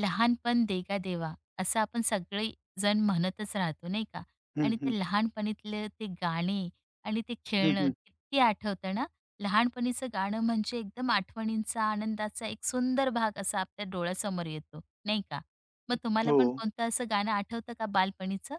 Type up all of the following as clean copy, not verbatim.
लहानपण देगा देवा असं आपण सगळे जण म्हणतच राहतो नाही का. हं, आणि हं. ते लहानपणीतले ते गाणे आणि ते हं, खेळणं हं. किती आठवतं ना. लहानपणीचं गाणं म्हणजे एकदम आठवणींचा आनंदाचा एक सुंदर भाग असा आपल्या डोळ्यासमोर येतो नाही का. मग तुम्हाला हो. पण कोणतं असं गाणं आठवतं का बालपणीचं?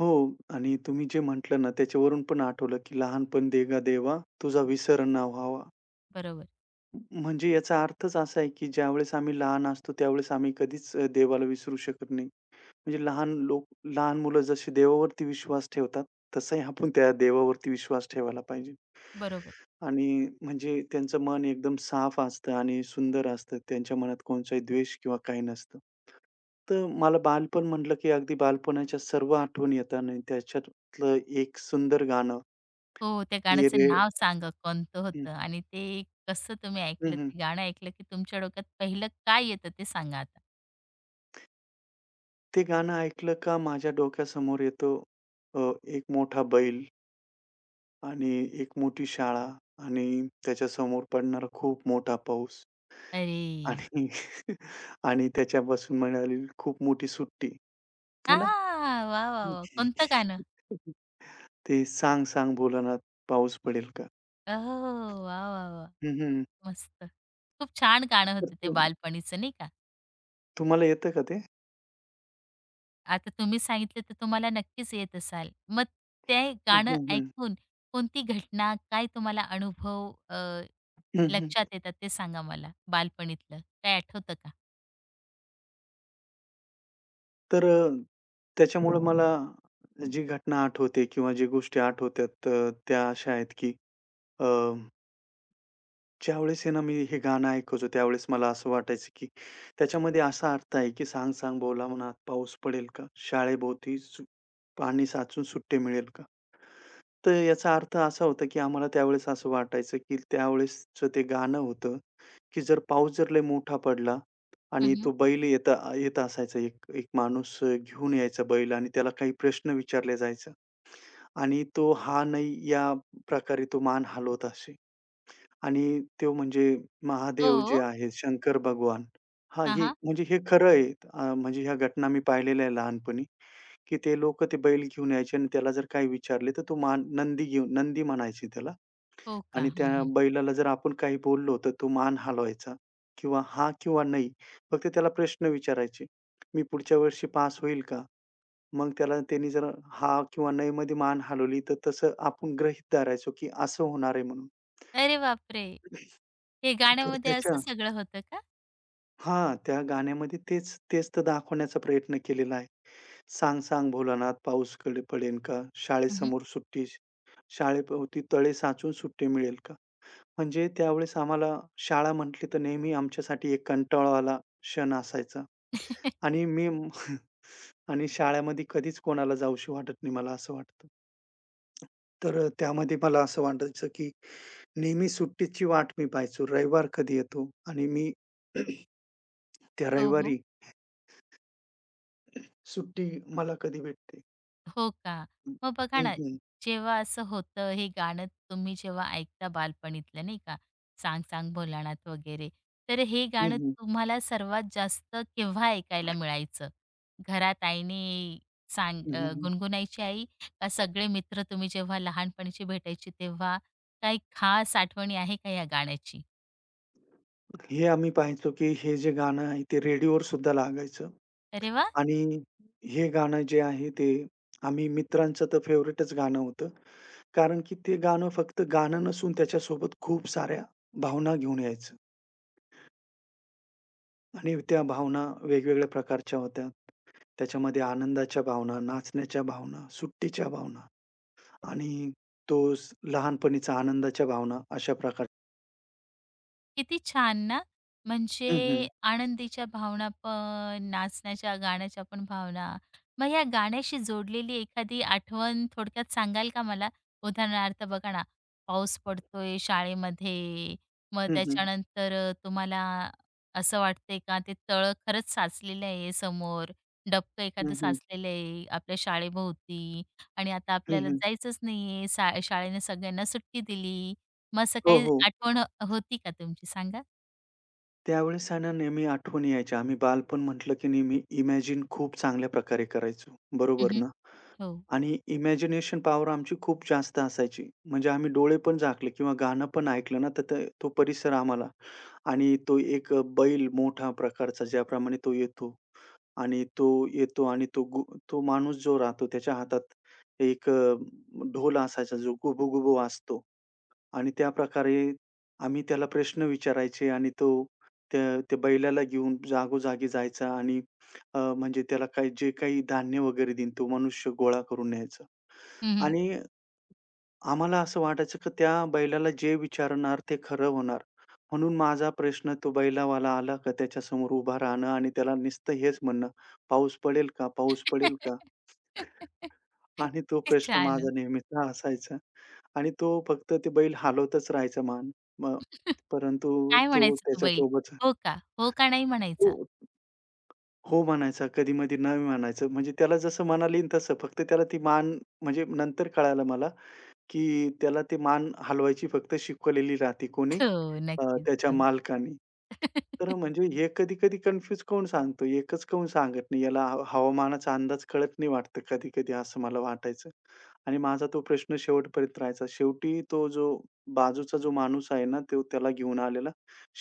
हो. आणि तुम्ही जे म्हटलं ना, त्याच्यावरून पण आठवलं, की "लहानपण देगा देवा, तुझा विसरण ना व्हावा." बरोबर. म्हणजे याचा अर्थच असा आहे, की ज्यावेळेस आम्ही लहान असतो, त्यावेळेस आम्ही कधीच देवाला विसरू शकत नाही. म्हणजे लहान मुलं जशी देवावरती विश्वास ठेवतात, तसंही आपण त्या देवावरती विश्वास ठेवायला पाहिजे. बरोबर. आणि म्हणजे त्यांचं मन एकदम साफ असतं आणि सुंदर असतं. त्यांच्या मनात कोणताही द्वेष किंवा काही नसतं. तर मला बालपण म्हटलं, की अगदी बालपणाच्या सर्व आठवणी येतात आणि त्याच्यातलं एक सुंदर गाणं हो, त्या ये रे गाण्याचं नाव सांगा कोणतं हं, होतं आणि ते कसं तुम्ही ऐकलं, हं, हं. ते गाणं ऐकलं की तुमच्या डोक्यात पहिलं काय येतं ते सांगा आता. ते गाणं ऐकलं का माझ्या डोक्यासमोर येतो एक मोठा बैल. आणि एक मोठी शाळा आणि त्याच्यासमोर पडणारा खूप मोठा पाऊस अरे. आणि आणि त्याच्यापासून मिळालेली खूप मोठी सुट्टी, हे आ! ना? वाह, वाह, वाह! कोणतं गाणं? ते "सांग सांग भोलानाथ पाऊस पडेल का?" ओह! वाह, वाह, वाह! हं, हं. मस्त. खूप छान गाणं तर होतं ते तुम बालपणीचं नाही का? तुम्हाला येतं का ते? आता तुम्ही सांगितलं तर तुम्हाला नक्कीच येत असाल. मग ते हं, गाणं हं. ऐकून कोणती घटना, काय तुम्हाला अनुभव हं, हं. लक्षात येतात ते सांगा मला बालपणीतलं? काय आठवतं का? तर त्याच्यामुळं मला जी घटना आठवते किंवा जी गोष्टी आठवतात त्या अशा आहेत की ज्यावेळेस आहे ना, मी हे गाणं ऐकायचो त्यावेळेस मला असं वाटायचं, की त्याच्यामध्ये असा अर्थ आहे, की "सांग सांग बोला मनात पाऊस पडेल का? शाळेभोवती पाणी साचून सुट्टे मिळेल का?" तर याचा अर्थ असा होता, की आम्हाला त्यावेळेस असं वाटायचं, की त्यावेळेसचं ते गाणं होतं, की जर पाऊस जर लय मोठा पडला आणि हं. तो बैल येत येत असायचा एक एक माणूस घेऊन यायचा बैल आणि त्याला काही प्रश्न विचारले जायचा आणि तो हा नाही या प्रकारे तो मान हलवत असे. आणि तो म्हणजे महादेव जे हो. आहेत, शंकर भगवान. हां, हां, ही हां. म्हणजे हे खरं आहे. म्हणजे ह्या घटना मी पाहिलेल्या आहे लहानपणी, की ते लोक ते बैल घेऊन यायचे आणि त्याला जर काही विचारले, तर तो मान नंदी घेऊन नंदी म्हणायची त्याला हो का? आणि त्या हं. बैलाला जर आपण काही बोललो, तर तो मान हलवायचा किंवा हां किंवा नाही. फक्त त्याला प्रश्न विचारायचे. "मी पुढच्या वर्षी पास होईल का?" मग त्याला त्यांनी जर हां किंवा नाहीमध्ये मान हलवली, तर तसं आपण गृहीत धरायचो, की असं होणार आहे म्हणून. अरे बापरे! हे तर गाण्यामध्ये असं त्याच्या सगळं होतं का? हां, त्या गाण्यामध्ये तेच तर दाखवण्याचा प्रयत्न केलेला आहे. "सांग सांग भोलानाथ पाऊस कधी पडेल का? हं. शाळेसमोर सुट्टी शाळेभोवती तळे साचून सुट्टी मिळेल का?" म्हणजे त्यावेळेस आम्हाला शाळा म्हटली तर नेहमी आमच्यासाठी एक कंटाळवाला क्षण असायचा. आणि मी आणि शाळेमध्ये कधीच कोणाला जाऊशी वाटत नाही मला असं वाटतं. तर त्यामध्ये मला असं वाटायचं, की नेहमी सुट्टीची वाट मी पाहायचो. रविवार कधी येतो आणि मी त्या हो. हो. रविवारी सुट्टी मला कधी भेटते? हो का? हं, मग बघा ना, हं, जेव्हा असं होतं, हे गाणं तुम्ही जेव्हा ऐकता बालपणीतलं नाही का, "सांग सांग भोलानाथ" वगैरे, तर हे हं, गाणं हं, तुम्हाला सर्वात जास्त केव्हा ऐकायला मिळायचं? घरात आईने हं, हं, गुणगुणायची आई, का सगळे मित्र तुम्ही जेव्हा लहानपणीची भेटायची तेव्हा? काही खास आठवणी आहे का या गाण्याची? हे आम्ही पाहायचो, की हे जे गाणं आहे ते रेडिओवर सुद्धा लागायचं अरे वाह! आणि हे गाणं जे आहे ते आम्ही मित्रांचं तर फेव्हरेटच गाणं होतं. कारण की ते गाणं फक्त गाणं नसून त्याच्यासोबत खूप साऱ्या भावना घेऊन यायचं आणि त्या भावना वेगवेगळ्या प्रकारच्या होत्या. त्याच्यामध्ये आनंदाच्या भावना, नाचण्याच्या भावना, सुट्टीच्या भावना आणि लहानपणीचा आनंदाच्या भावना अशा प्रकार किती छान ना. हं, म्हणजे हं. आनंदीच्या भावना पण, नाचण्याच्या, गाण्याच्या पण भावना. मग या गाण्याशी जोडलेली एखादी आठवण थोडक्यात सांगाल का मला? उदाहरणार्थ बघा ना, पाऊस पडतोय शाळेमध्ये, मग हं, हं. त्याच्यानंतर तुम्हाला असं वाटतंय का ते तळं खरंच साचलेलं आहे समोर, डबकं एखादं हं, हं. साचलेलं आहे आपल्या शाळेभोवती आणि आता हं, आपल्याला हं. जायचंच नाहीये, सा शाळेने सगळ्यांना सुट्टी दिली. मग असं हो, काही हो. आठवण होती का तुमची सांगा? त्यावेळेस आहे ना नेहमी आठवणी यायच्या. आम्ही बालपण म्हटलं की नेहमी इमॅजिन खूप चांगल्या प्रकारे करायचो. हं, बरोबर हं. ना? हो. आणि इमॅजिनेशन पॉवर आमची खूप जास्त असायची. म्हणजे आम्ही डोळे पण झाकले किंवा गाणं पण ऐकलं ना, तर ते तो परिसर आम्हाला आणि तो एक बैल मोठा प्रकारचा ज्याप्रमाणे तो येतो आणि तो माणूस जो राहतो त्याच्या हातात एक ढोल असायचा जो गुबू वाजतो आणि त्याप्रकारे आम्ही त्याला प्रश्न विचारायचे आणि तो त्या त्या बैलाला घेऊन जागोजागी जायचा आणि म्हणजे त्याला काही जे काही धान्य वगैरे देईन तो मनुष्य गोळा करून न्यायचा हं. आणि आम्हाला असं वाटायचं की त्या बैलाला जे विचारणार ते खरं होणार. म्हणून माझा प्रश्न तो बैलावाला आला का त्याच्यासमोर उभा राहणं आणि त्याला नुसतं हेच म्हणणं, "पाऊस पडेल का? पाऊस पडेल का?" आणि तो किती प्रश्न छान. माझा नेहमीचा असायचा आणि तो फक्त ते बैल हालवतच राहायचा मान. मग परंतु काय तो म्हणायचं तो बैल? त्याच्यासोबतचा "हो का? हो का नाही?" तो म्हणायचा. हो म्हणायचा, कधी-मधी नाही म्हणायचं. म्हणजे त्याला जसं म्हणालीन तसं. फक्त त्याला ती मान म्हणजे नंतर कळालं मला, की त्याला ते मान हलवायची फक्त शिकवलेली राहते. कोणी? हो, नक्कीच. त्याच्या हो. मालकाने. तर म्हणजे हे कधी-कधी कन्फ्यूज काहून सांगतो, एकच काहून सांगत नाही? याला हवामानाचा अंदाज कळत नाही वाटतं कधी-कधी असं मला वाटायचं. आणि माझा तो प्रश्न शेवटपर्यंत राहायचा. शेवटी तो जो बाजूचा जो माणूस आहे ना, तो त्याला घेऊन आलेला.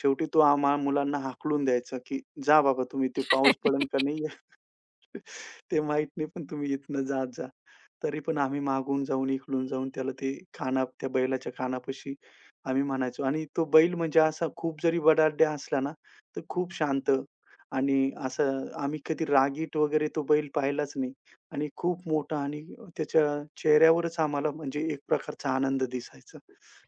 शेवटी तो आम्हा मुलांना हाकलून द्यायचा, की "जा बाबा तुम्ही, ते पाऊस पडेल का नाही?" ते माहीत नाही, पण तुम्ही इथनं जात जा. तरी पण आम्ही मागून जाऊन, इकडून जाऊन त्याला ते खाना त्या बैलाच्या खानापाशी आम्ही म्हणायचो आणि तो बैल म्हणजे असा खूप जरी बडाढ्य असला ना, तर खूप शांत आणि असं आम्ही कधी रागीट वगैरे तो बैल पाहिलाच नाही आणि खूप मोठा आणि त्याच्या चेहऱ्यावरच आम्हाला म्हणजे एक प्रकारचा आनंद दिसायचा.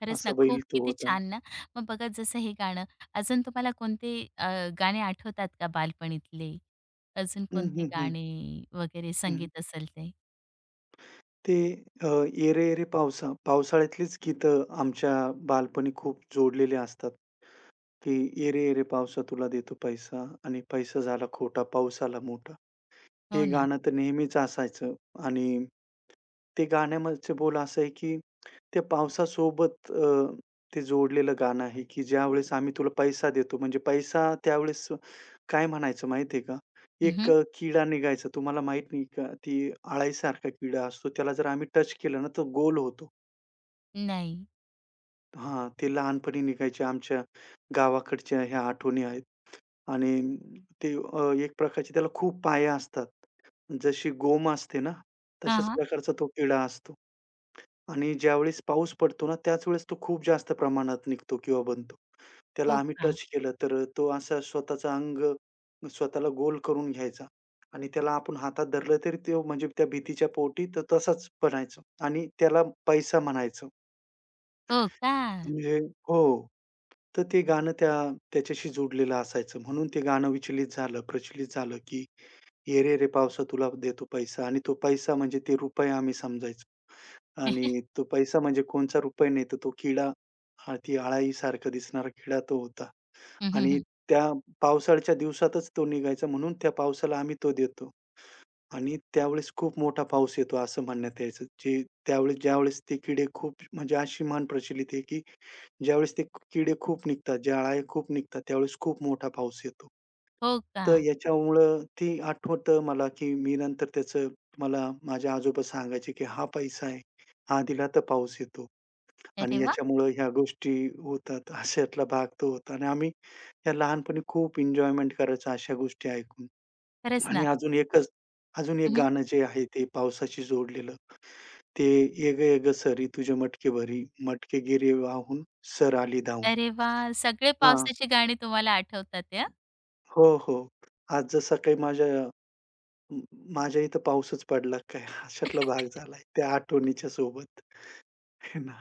खरंच ना, असा बैल खूप तो किती होता. छान ना. मग बघा जसं हे गाणं, अजून तुम्हाला कोणते गाणे आठवतात का बालपणीतले? अजून हं, कोणते हं, हं. गाणे वगैरे हं, संगीत असेल ते? ते अ, "ये रे ये रे पावसा" पावसाळ्यातलीच गीतं आमच्या बालपणी खूप जोडलेले असतात, की "ये रे ये पावसा तुला देतो पैसा आणि पैसा झाला खोटा पाऊस आला मोठा." हो हे ना. गाणं तर नेहमीच असायचं आणि ते गाण्यामधचे बोल असं आहे, की त्या पावसासोबत ते जोडलेलं गाणं आहे, की ज्यावेळेस आम्ही तुला पैसा देतो. म्हणजे पैसा त्यावेळेस काय म्हणायचं माहिती का? एक हं. किडा निघायचा. तुम्हाला माहीत नाही का? ती अळाईसारखा किडा असतो. त्याला जर आम्ही टच केलं ना, तो गोल होतो. नाही. हां, ते लहानपणी निघायचे आमच्या गावाकडच्या ह्या आठवणी आहेत. आणि एक प्रकारचे त्याला खूप पाया असतात. जशी गोम असते ना, हां, तशाच हां. प्रकारचा तो किडा असतो. आणि ज्यावेळेस पाऊस पडतो ना, त्याच वेळेस तो खूप जास्त प्रमाणात निघतो किंवा बनतो. त्याला हो आम्ही का? टच केलं तर तो असा स्वतःचं अंग स्वतःला गोल करून घ्यायचा आणि त्याला आपण हातात धरलं तरी तो म्हणजे त्या भीतीच्या पोटी तर तसाच बनायचं आणि त्याला पैसा म्हणायचं. हो का? म्हणजे हो. तर ते गाणं त्याच्याशी जोडलेलं असायचं. म्हणून ते गाणं प्रचलित झालं, की "ये रे रे पावसा तुला देतो पैसा" आणि तो पैसा म्हणजे ते रुपये आम्ही समजायचो. आणि तो पैसा म्हणजे कोणचा रुपया नाही, तर तो किडा ती अळाईसारखा दिसणारा किडा तो होता आणि हं. त्या पावसाळ्याच्या दिवसातच तो निघायचा म्हणून त्या पावसाला आम्ही तो देतो. आणि त्यावेळेस खूप मोठा पाऊस येतो असं म्हणण्यात यायचं. जे ज्यावेळेस ते किडे खूप म्हणजे अशी म्हण प्रचलित आहे, की ज्यावेळेस ते किडे खूप निघतात, खूप निघतात, त्यावेळेस खूप मोठा पाऊस येतो. हो का? तर याच्यामुळं ती आठवतं मला, की मी नंतर त्याचं मला माझे आजोबा सांगायचे, की "हा पैसा आहे. हा दिला तर पाऊस येतो." आणि अरे वा. याच्यामुळं ह्या गोष्टी होतात. अशातला भाग तो होता आणि आम्ही या लहानपणी खूप एन्जॉयमेंट करायचो अशा गोष्टी ऐकून. खरंच आणि ना. अजून एक हं. गाणं जे आहे ते पावसाशी जोडलेलं. ते "ये गं, ये गं सरी तुझे मटके भरी, मटके गिरे वाहून, सर आली धावून." अरे वा, सगळे हां. पावसाची गाणी तुम्हाला आठवतात आहे हं. हो, हो. आज जसा काही म माझ्या इथं पाऊसच पडला काय अशातला भाग झालाय त्या आठवणीच्या सोबत, हे ना.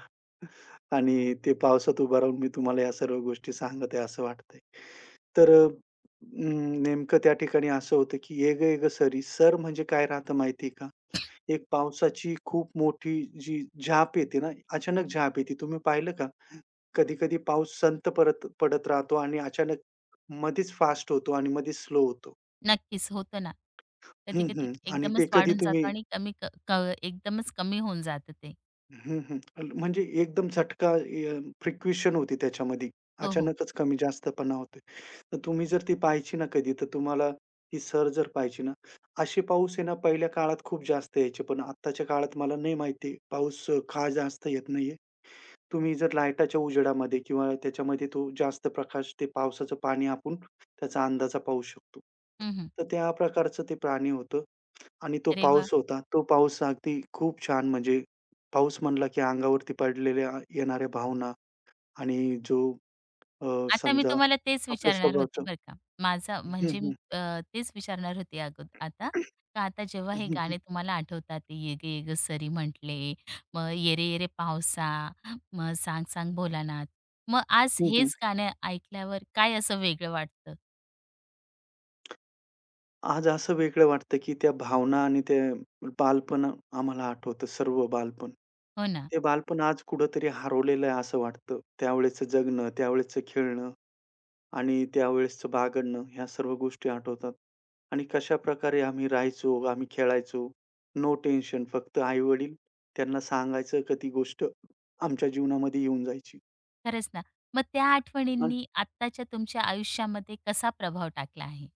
आणि ते पावसात उभं राहून मी तुम्हाला या सर्व गोष्टी सांगत आहे असं वाटतंय. तर नेमकं त्या ठिकाणी असं होतं की "ये गं, ये गं सरी" सर म्हणजे काय राहतं माहिती आहे का? एक पावसाची खूप मोठी जी झाप येते ना, अचानक झाप येते. तुम्ही पाहिलं का? कधी-कधी पाऊस संत परत पडत राहतो आणि अचानक मधीच फास्ट होतो आणि मधीच स्लो होतो. नक्कीच, होतं ना. हं, कधी-कधी हं. आणि ते एकदमच कधी वाढून जातो तुम्ही आणि कमी क क एकदमच कमी होऊन जातं ते. हं, हं. म्हणजे एकदम झटका फ्रिक्वेशन होती त्याच्यामध्ये. हो, हो. अचानकच कमी जास्तपणा होतोय. तर तुम्ही जर ती पाहायची ना कधी, तर तुम्हाला ती सर जर पाहायची ना, असे पाऊस आहे ना पहिल्या काळात खूप जास्त यायचे, पण आत्ताच्या काळात मला नाही माहिती पाऊस का जास्त येत नाहीये? तुम्ही जर लाईटाच्या उजेडामध्ये किंवा त्याच्यामध्ये तो जास्त प्रकाश ते पावसाचं पाणी आपण त्याचा अंदाजा पाहू शकतो. हं. तर त्या प्रकारचं ते प्राणी होतं आणि तो अरे वा, पाऊस होता. तो पाऊस अगदी खूप छान म्हणजे पाऊस म्हणला की अंगावरती पडलेल्या येणाऱ्या भावना आणि आता मी समजा तुम्हाला तेच आपल्या विचारणार होते स्वभावाचं बरं का. माझा हं, म्हणजे हं. तेच विचारणार होते अगोद आता, का आता जेव्हा हं, हे हं. गाणे तुम्हाला आठवतात, ते "ये ग ये ग सरी" म्हटले, मग "ये रे ये रे पावसा", मग "सांग सांग भोलानाथ", मग आज हं, हं. हेच गाणं ऐकल्यावर काय असं वेगळं वाटतं? आज असं वेगळं वाटतं, की त्या भावना आणि ते बालपण आम्हाला आठवतं, सर्व बालपण. हो ना. ते बालपण आज कुठेतरी हरवलेलं आहे असं वाटतं. त्यावेळेचं जगणं, त्यावेळेचं खेळणं आणि त्यावेळेसचं बागडणं ह्या सर्व गोष्टी आठवतात. आणि कशाप्रकारे आम्ही राहायचो, आम्ही खेळायचो. नो टेन्शन फक्त आई-वडील त्यांना सांगायचं का ती गोष्ट आमच्या जीवनामध्ये येऊन जायची. खरंच ना. मग त्या आणि आठवणींनी आत्ताच्या तुमच्या आयुष्यामध्ये कसा प्रभाव टाकला आहे?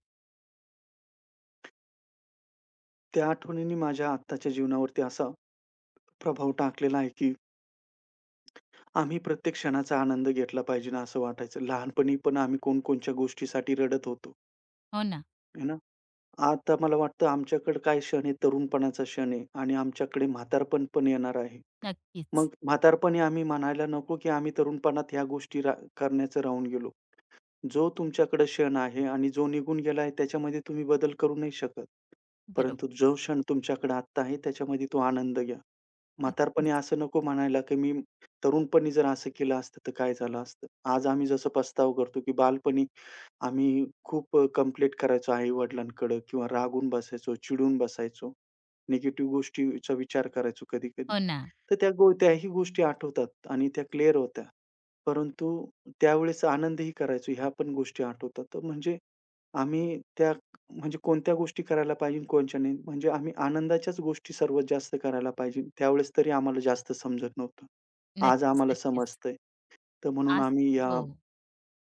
त्या आठवणींनी माझ्या आत्ताच्या जीवनावरती असा प्रभाव टाकलेला आहे, की आम्ही प्रत्येक क्षणाचा आनंद घेतला पाहिजे ना, असं वाटायचं. लहानपणी पण आम्ही कोणकोणत्या गोष्टीसाठी रडत होतो, हो ना. है ना. आता मला वाटतं आमच्याकडे काय क्षण आहे, तरुणपणाचा क्षण आहे आणि आमच्याकडे म्हातारपण पण येणार आहे. मग नक्कीच. म्हातारपणी आम्ही म्हणायला नको, की आम्ही तरुणपणात ह्या गोष्टी करण्याचं राहून गेलो. जो तुमच्याकडे क्षण आहे आणि जो निघून गेला आहे त्याच्यामध्ये तुम्ही बदल करू नाही शकत. बरोबर. परंतु जो क्षण तुमच्याकडे आत्ता आहे त्याच्यामध्ये तो आनंद घ्या. म्हातारपणी नक्कीच. असं नको म्हणायला, की मी तरुणपणी जर असं केलं असतं तर काय झालं असतं? आज आम्ही जसं पस्ताव करतो, की बालपणी आम्ही खूप कंप्लेंट करायचो आई-वडिलांकडं किंवा रागून बसायचो, चिडून बसायचो. निगेटिव्ह गोष्टीचा विचार करायचो कधी-कधी. हो ना. तर त्याही गोष्टी आठवतात आणि त्या क्लिअर होत्या. परंतु त्यावेळेस आनंदही करायचो, ह्या पण गोष्टी आठवतात. तर म्हणजे आम्ही त्या म्हणजे कोणत्या गोष्टी करायला पाहिजे, कोणत्या नाही. म्हणजे आम्ही आनंदाच्याच गोष्टी सर्वात जास्त करायला पाहिजे. त्यावेळेस तरी आम्हाला जास्त समजत नव्हतं. आज नक्कीच, आम्हाला नक्कीच. समजतंय. तर म्हणून आज आम्ही या हो.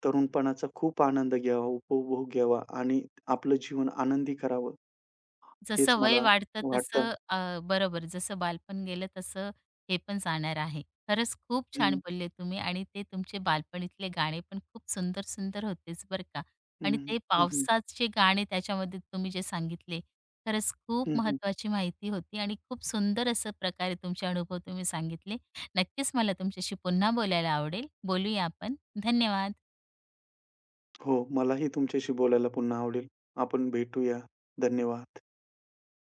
तरुणपणाचा खूप आनंद घ्यावा, उपभोग घ्यावा आणि आपलं जीवन आनंदी करावं, जसं हेच वय मला वाढतं वाटतं. तसं बरोबर, जसं बालपण गेलं तसं हे पण जाणार आहे. खरंच खूप छान हं, बोलले तुम्ही आणि ते तुमचे बालपणीतले गाणे पण खूप सुंदर, सुंदर होतेच बरं का, हं, आणि हं, ते हं, पावसाचे गाणे त्याच्यामध्ये तुम्ही जे सांगितले, खरंच खूप हं, महत्त्वाची माहिती होती आणि खूप सुंदर असं प्रकारे तुमचे अनुभव तुम्ही सांगितले. नक्कीच मला तुमच्याशी पुन्हा बोलायला आवडेल. बोलूया आपण. धन्यवाद. हो, मलाही तुमच्याशी बोलायला पुन्हा आवडेल. आपण भेटूया. धन्यवाद.